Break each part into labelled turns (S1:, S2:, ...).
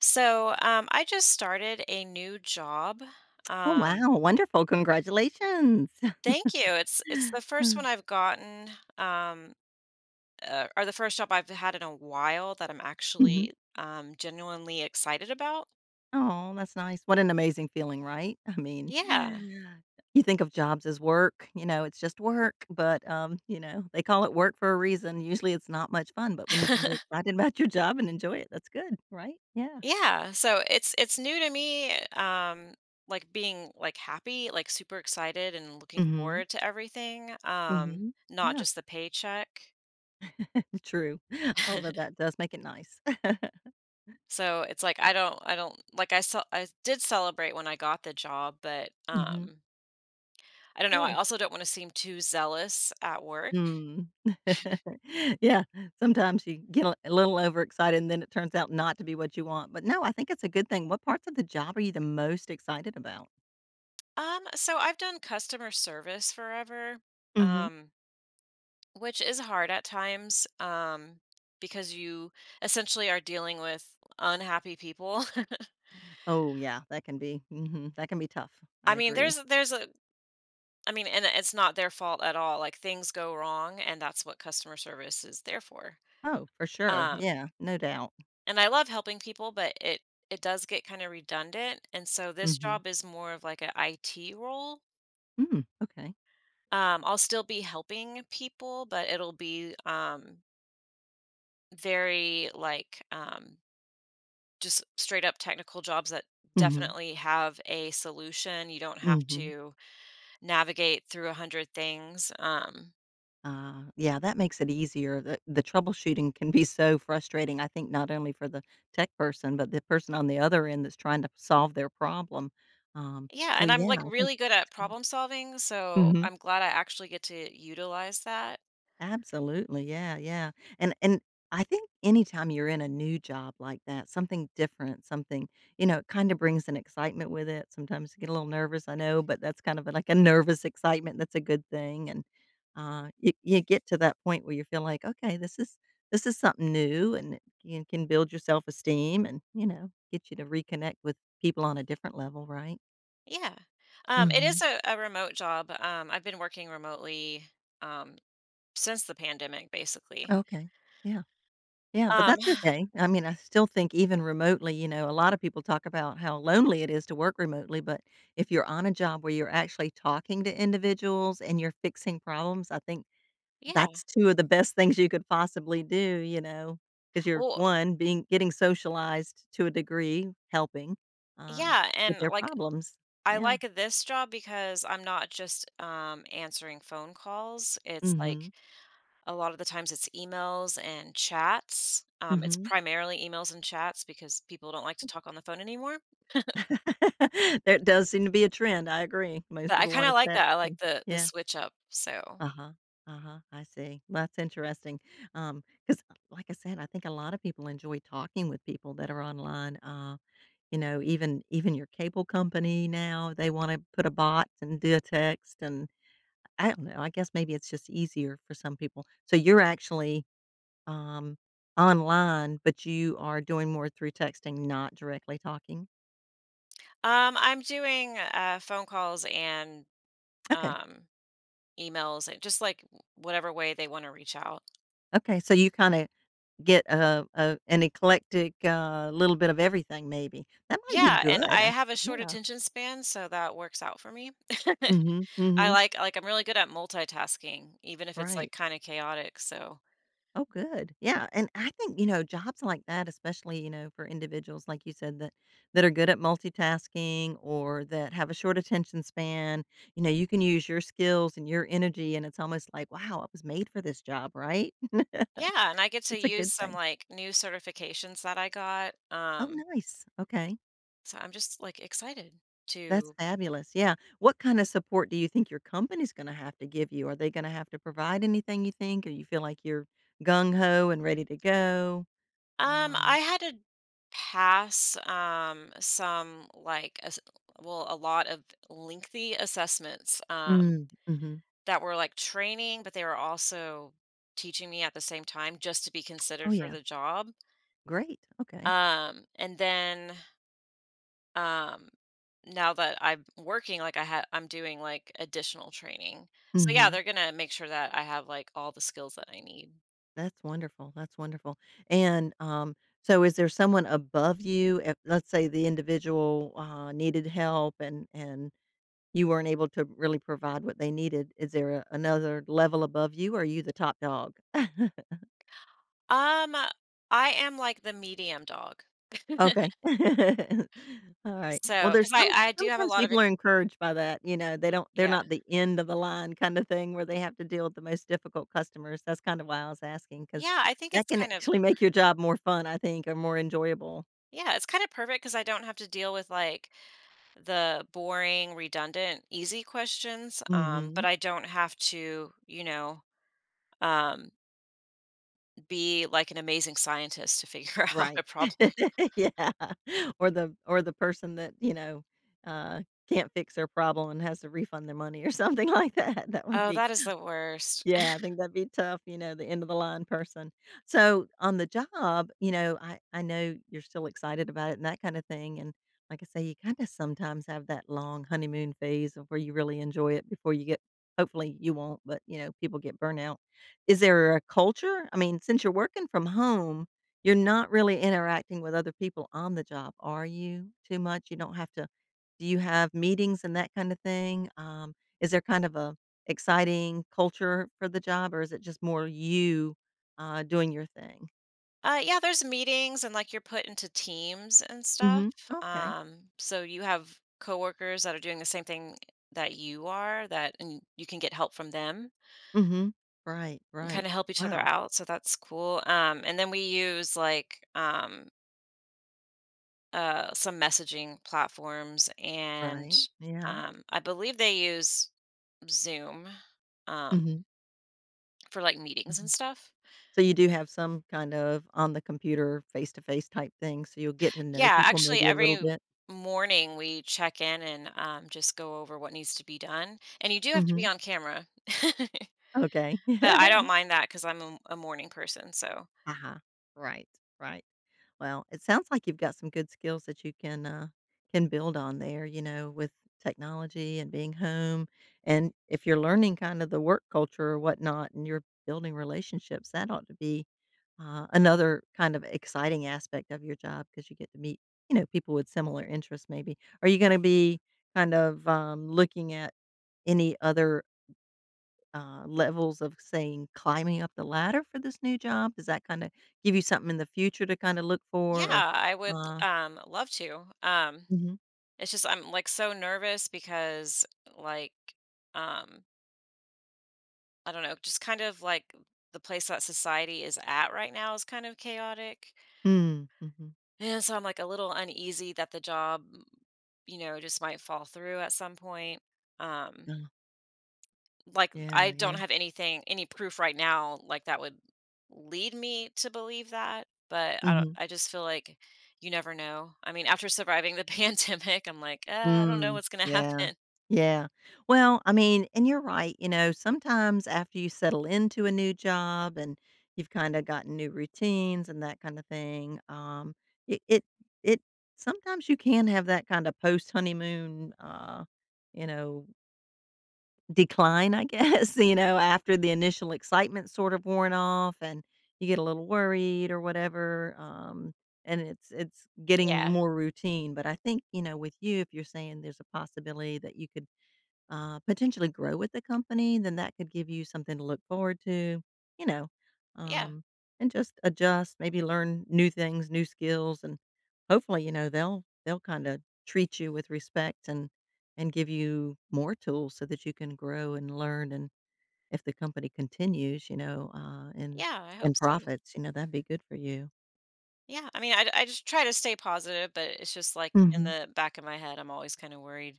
S1: So, I just started a new job.
S2: Oh,
S1: Um,
S2: wow, wonderful, congratulations.
S1: thank you. It's the first one I've gotten, um, or the first job I've had in a while that I'm
S2: Mhm.
S1: actually, genuinely excited about.
S2: Aw, that's nice. What an amazing feeling, right? I mean,
S1: Yeah,
S2: you think of jobs as work, you know, it's just work, but, you know, they call it work for a reason. Usually it's not much fun, but when you can be excited about your job and enjoy it, that's good, right? Yeah.
S1: yeah. So it's new to me. Like being, like, happy, like, super excited, and looking
S2: Mhm,
S1: forward to everything. Um,
S2: mhm,
S1: not
S2: yeah,
S1: just the paycheck.
S2: true, although that does make it nice.
S1: So it's like I don't like, I did celebrate when I got the job, but
S2: Mhm,
S1: I don't know. I
S2: good.
S1: also don't want to seem too zealous at work.
S2: Mm. Yeah, sometimes you get a little overexcited, and then it turns out not to be what you want, but no, I think it's a good thing. What parts of the job are you the most excited about?
S1: So I've done customer service forever,
S2: Mhm.
S1: um which is hard at times, because you essentially are dealing with unhappy people.
S2: Oh, yeah, that can be mhm, that can be tough.
S1: I
S2: I
S1: mean,
S2: agree.
S1: there's a I mean, and it's not their fault at all. Like, things go wrong, and that's what customer service is there for.
S2: Oh, for sure,
S1: Um
S2: yeah, no doubt.
S1: And I love helping people, but it does get kinda redundant, and so this
S2: Mhm.
S1: job is more of, like, a IT role.
S2: Mm, okay.
S1: I'll still be helping people, but it'll be, very, like, just straight up technical jobs that
S2: Mhm,
S1: definitely have a solution. You don't have
S2: mhm.
S1: to navigate through 100 things. um
S2: Ah, yeah, that makes it easier. The troubleshooting can be so frustrating, I think not only for the tech person, but the person on the other end that's trying to solve their problem. Um,
S1: Yeah,
S2: so
S1: and I'm,
S2: yeah,
S1: like,
S2: I think.
S1: really good at problem solving, so
S2: Mhm.
S1: I'm glad I actually get to utilize that.
S2: Absolutely. Yeah, yeah. And I think anytime you're in a new job like that, something different, something, you know, it kind of brings an excitement with it. Sometimes you get a little nervous, I know, but that's kind of like a nervous excitement. That's a good thing. And you, you get to that point where you feel like, okay, this is something new, and it can build your self esteem, and you know, get you to reconnect with people on a different level, right?
S1: Yeah. It is
S2: Hmm.
S1: a remote job. I've been working remotely, um, since the pandemic, basically.
S2: Okay. Yeah. Yeah, but
S1: Um,
S2: that's okay. I mean, I still think even remotely, you know, a lot of people talk about how lonely it is to work remotely, but if you're on a job where you're actually talking to individuals and you're fixing problems, I think
S1: yeah.
S2: that's 2 of the best things you could possibly do, you know, because 'cause you're,
S1: Well,
S2: 1, being getting socialized to a degree, helping, uh,
S1: yeah.
S2: with
S1: And,
S2: their
S1: like,
S2: problems.
S1: I
S2: Yeah.
S1: like this job because I'm not just, answering phone calls. It's like,
S2: Mhm.
S1: a lot of the times it's emails and chats. It's
S2: Mhm.
S1: primarily emails and chats because people don't like to talk on the phone anymore.
S2: There does seem to be a trend, I agree. Most
S1: But I
S2: people
S1: kind of
S2: wanna
S1: like that.
S2: text
S1: I like
S2: and
S1: the
S2: yeah.
S1: switch up. So,
S2: Uh-huh, uh-huh, I see. Well, that's interesting. Because, like I said, I think a lot of people enjoy talking with people that are online, you know, even your cable company now, they wanna put a bot and do a text, and I don't know, I guess maybe it's just easier for some people. So you're actually, um, online, but you are doing more through texting, not directly talking?
S1: I'm doing, phone calls, and
S2: Okay,
S1: um, Emails, and just, like, whatever way they wanna reach out.
S2: okay, so you kinda get a an eclectic, little bit of everything maybe. That might be
S1: Yeah, and
S2: good.
S1: I
S2: I
S1: have a short
S2: yeah.
S1: attention span, so that works out for me.
S2: Mhm,
S1: I
S2: mhm.
S1: like, I'm really good at multitasking, even if it's, like,
S2: Right.
S1: kinda chaotic, so.
S2: Oh, good. Yeah, and I think, you know, jobs like that, especially, you know, for individuals, like you said, that that are good at multitasking or that have a short attention span, you know, you can use your skills and your energy, and it's almost like, "Wow, I was made for this job," right?
S1: Yeah, and I get to
S2: It's a
S1: use
S2: good
S1: some,
S2: thing.
S1: like, new certifications that I got,
S2: Oh, nice. Okay.
S1: so I'm just, like, excited
S2: That's
S1: to.
S2: fabulous, yeah. What kinda support do you think your company's gonna have to give you? Are they gonna have to provide anything you think, or you feel like you're gung-ho and ready to go?
S1: I
S2: Um.
S1: had to pass, some, like, ass well, a lot of lengthy assessments, um
S2: Mm, mhm.
S1: That were, like, training, but they were also teaching me at the same time just to be
S2: Oh,
S1: considered for
S2: yeah.
S1: the job.
S2: Great, okay.
S1: And then, um, now that I'm working, like, I'm doing, like, additional training. So, yeah,
S2: Mhm.
S1: they're gonna make sure that I have, like, all the skills that I need.
S2: That's wonderful, that's wonderful. And, um, so is there someone above you, if let's say the individual, needed help and you weren't able to really provide what they needed, is there a another level above you, or are you the top dog?
S1: Um, I am, like, the medium dog.
S2: Okay. Alright. Well,
S1: So,
S2: there's
S1: because I I do have a
S2: sometimes
S1: lot of
S2: people are
S1: ex,
S2: encouraged by that, you know, they're
S1: yeah.
S2: not the end of the line kinda thing where they have to deal with the most difficult customers. That's kind of why I was asking because
S1: Yeah, I think
S2: that
S1: it's
S2: can
S1: kind of,
S2: actually make your job more fun, I think, or more enjoyable.
S1: yeah, it's kinda perfect because I don't have to deal with, like, the boring, redundant, easy questions, but
S2: Mhm.
S1: I don't have to, um, be like an amazing scientist to figure out a
S2: Right.
S1: problem.
S2: Yeah. Or the person that, you know, uh, can't fix their problem and has to refund their money or something like that. That would
S1: Oh,
S2: be.
S1: that is the worst.
S2: Yeah, I think that'd be tough, you know, the end of the line person. So on the job, you know, I know you're still excited about it and that kind of thing. And like I say, you kind of sometimes have that long honeymoon phase of where you really enjoy it before you get. Hopefully, you won't, but you know, people get burnout. Is there a culture? I mean, since you're working from home, you're not really interacting with other people on the job, are you? Too much. You don't have to. Do you have meetings and that kind of thing? Is there kind of a exciting culture for the job, or is it just more you, doing your thing?
S1: Yeah, there's meetings, and like, you're put into teams and stuff.
S2: Mhm. Okay.
S1: So you have coworkers that are doing the same thing that you are, that and you can get help from them,
S2: Mhm. Right,
S1: and kind
S2: right.
S1: of help each other
S2: Wow.
S1: out, so that's cool. And then we use, like, some messaging platforms, and,
S2: Right. Yeah.
S1: I believe they use Zoom, um,
S2: Mhm,
S1: for like meetings and
S2: mhm.
S1: stuff.
S2: So you do have some kind of on the computer, face-to-face type thing, so you'll get to know
S1: Yeah,
S2: people
S1: actually,
S2: maybe a little
S1: every
S2: bit?
S1: morning we check in and, just go over what needs to be done. And you do have to be
S2: Mhm.
S1: on camera, but
S2: Okay.
S1: I don't mind that because I'm a morning person. So
S2: Uh-huh. Right, right. Well, it sounds like you've got some good skills that you can build on there, you know, with technology and being home. And if you're learning kind of the work culture or whatnot, and you're building relationships, that ought to be another kind of exciting aspect of your job because you get to meet, you know, people with similar interests. Maybe are you going to be kind of looking at any other levels of saying climbing up the ladder for this new job? Does that kinda give you something in the future to kinda look for
S1: yeah, I
S2: or,
S1: would, love to. Um,
S2: mhm.
S1: it's just, I'm like so nervous because, like, um I don't know, just kind of like the place that society is at right now is kind of chaotic.
S2: Mm, mhm.
S1: And so I'm like a little uneasy that the job, just might fall through at some point. Um,
S2: Oh,
S1: like,
S2: yeah,
S1: I
S2: yeah.
S1: don't have anything, any proof right now, like, that would lead me to believe that. But I don't,
S2: Mhm.
S1: I just feel like you never know. I mean, after surviving the pandemic, I'm like, I don't know
S2: Mm,
S1: what's going to
S2: yeah.
S1: happen.
S2: Yeah. Well, I mean and you're right, you know, sometimes after you settle into a new job and you've kinda gotten new routines and that kinda thing, it it it sometimes you can have that kinda post honeymoon, you know, decline, I guess, you know, after the initial excitement sort of worn off and you get a little worried or whatever, and it's getting
S1: Yeah.
S2: more routine, but I think, you know, with you, if you're saying there's a possibility that you could potentially grow with the company, then that could give you something to look forward to, you know,
S1: Yeah.
S2: um, and just adjust, maybe learn new things, new skills, and hopefully, you know, they'll kind of treat you with respect and give you more tools so that you can grow and learn. And if the company continues, you know, and
S1: Yeah, I hope
S2: and
S1: so.
S2: profits, you know, that'd be good for you.
S1: Yeah, I mean, I just try to stay positive, but it's just like in the back of my head, I'm always kind of worried.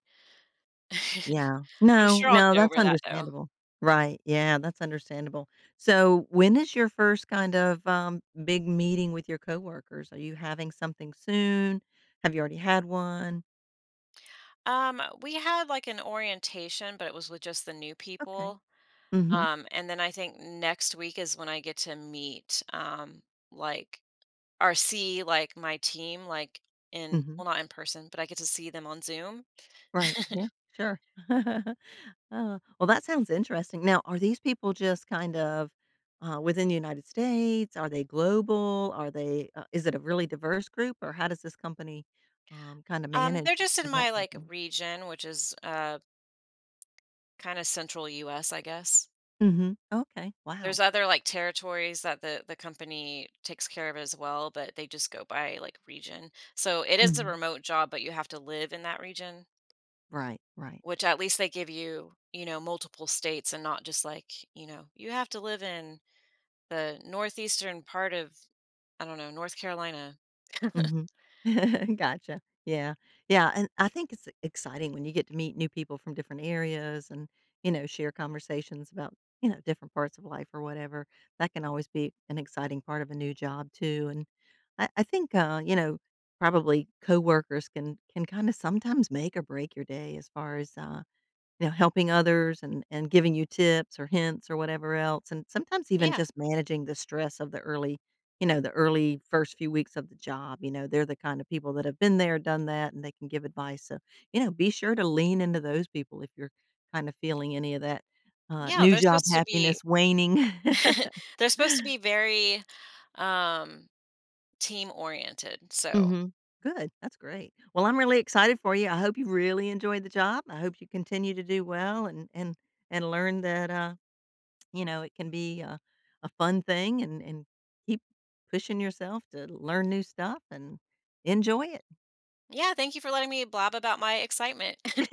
S2: Yeah.
S1: I'm
S2: No,
S1: sure I'll
S2: no,
S1: get
S2: that's
S1: over that though.
S2: understandable. Right, yeah, that's understandable. So, when is your first kind of, big meeting with your coworkers? Are you having something soon? Have you already had one?
S1: We had, like, an orientation, but it was with just the new
S2: Okay.
S1: people.
S2: Mhm,
S1: And then I think next week is when I get to meet, like, or see, like, my team, like, in
S2: mhm.
S1: well, not in person, but I get to see them on Zoom.
S2: Right, yeah, sure. Oh, well, that sounds interesting. Now, are these people just kind of, within the United States? Are they global? Are they, is it a really diverse group, or how does this company, kinda
S1: Um,
S2: manage
S1: they're just in
S2: that
S1: my,
S2: kind of
S1: like,
S2: thing?
S1: region, which is, kind of central US, I guess.
S2: Mhm. Okay. Wow.
S1: There's other, like, territories that the company takes care of as well, but they just go by, like, region. So, it is a
S2: Mhm.
S1: remote job, but you have to live in that region,
S2: Right, right.
S1: which, at least, they give you, multiple states, and not just, like, you have to live in the northeastern part of, I don't know, North Carolina.
S2: Mhm. Gotcha. Yeah. Yeah, and I think it's exciting when you get to meet new people from different areas and, you know, share conversations about, you know, different parts of life or whatever. That can always be an exciting part of a new job too, and I think, you know, probably coworkers can kinda sometimes make or break your day as far as, you know, helping others and giving you tips or hints or whatever else, and sometimes even
S1: Yeah.
S2: just managing the stress of the early you know, the early first few weeks of the job, you know, they're the kind of people that have been there, done that, and they can give advice, so, you know, be sure to lean into those people if you're kinda feeling any of that,
S1: Yeah,
S2: new
S1: they're
S2: job
S1: supposed to be
S2: happiness waning.
S1: they're supposed to be very, um, team-oriented. So,
S2: Mhm. Good, that's great. Well, I'm really excited for you, I hope you really enjoyed the job, I hope you continue to do well and learn that, you know, it can be a fun thing and keep pushing yourself to learn new stuff and enjoy it.
S1: yeah, thank you for letting me blab about my excitement.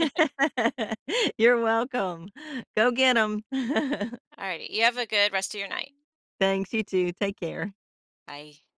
S2: You're welcome. Go get them.
S1: Alrighty. You have a good rest of your night.
S2: Thanks, you too. Take care.
S1: Bye.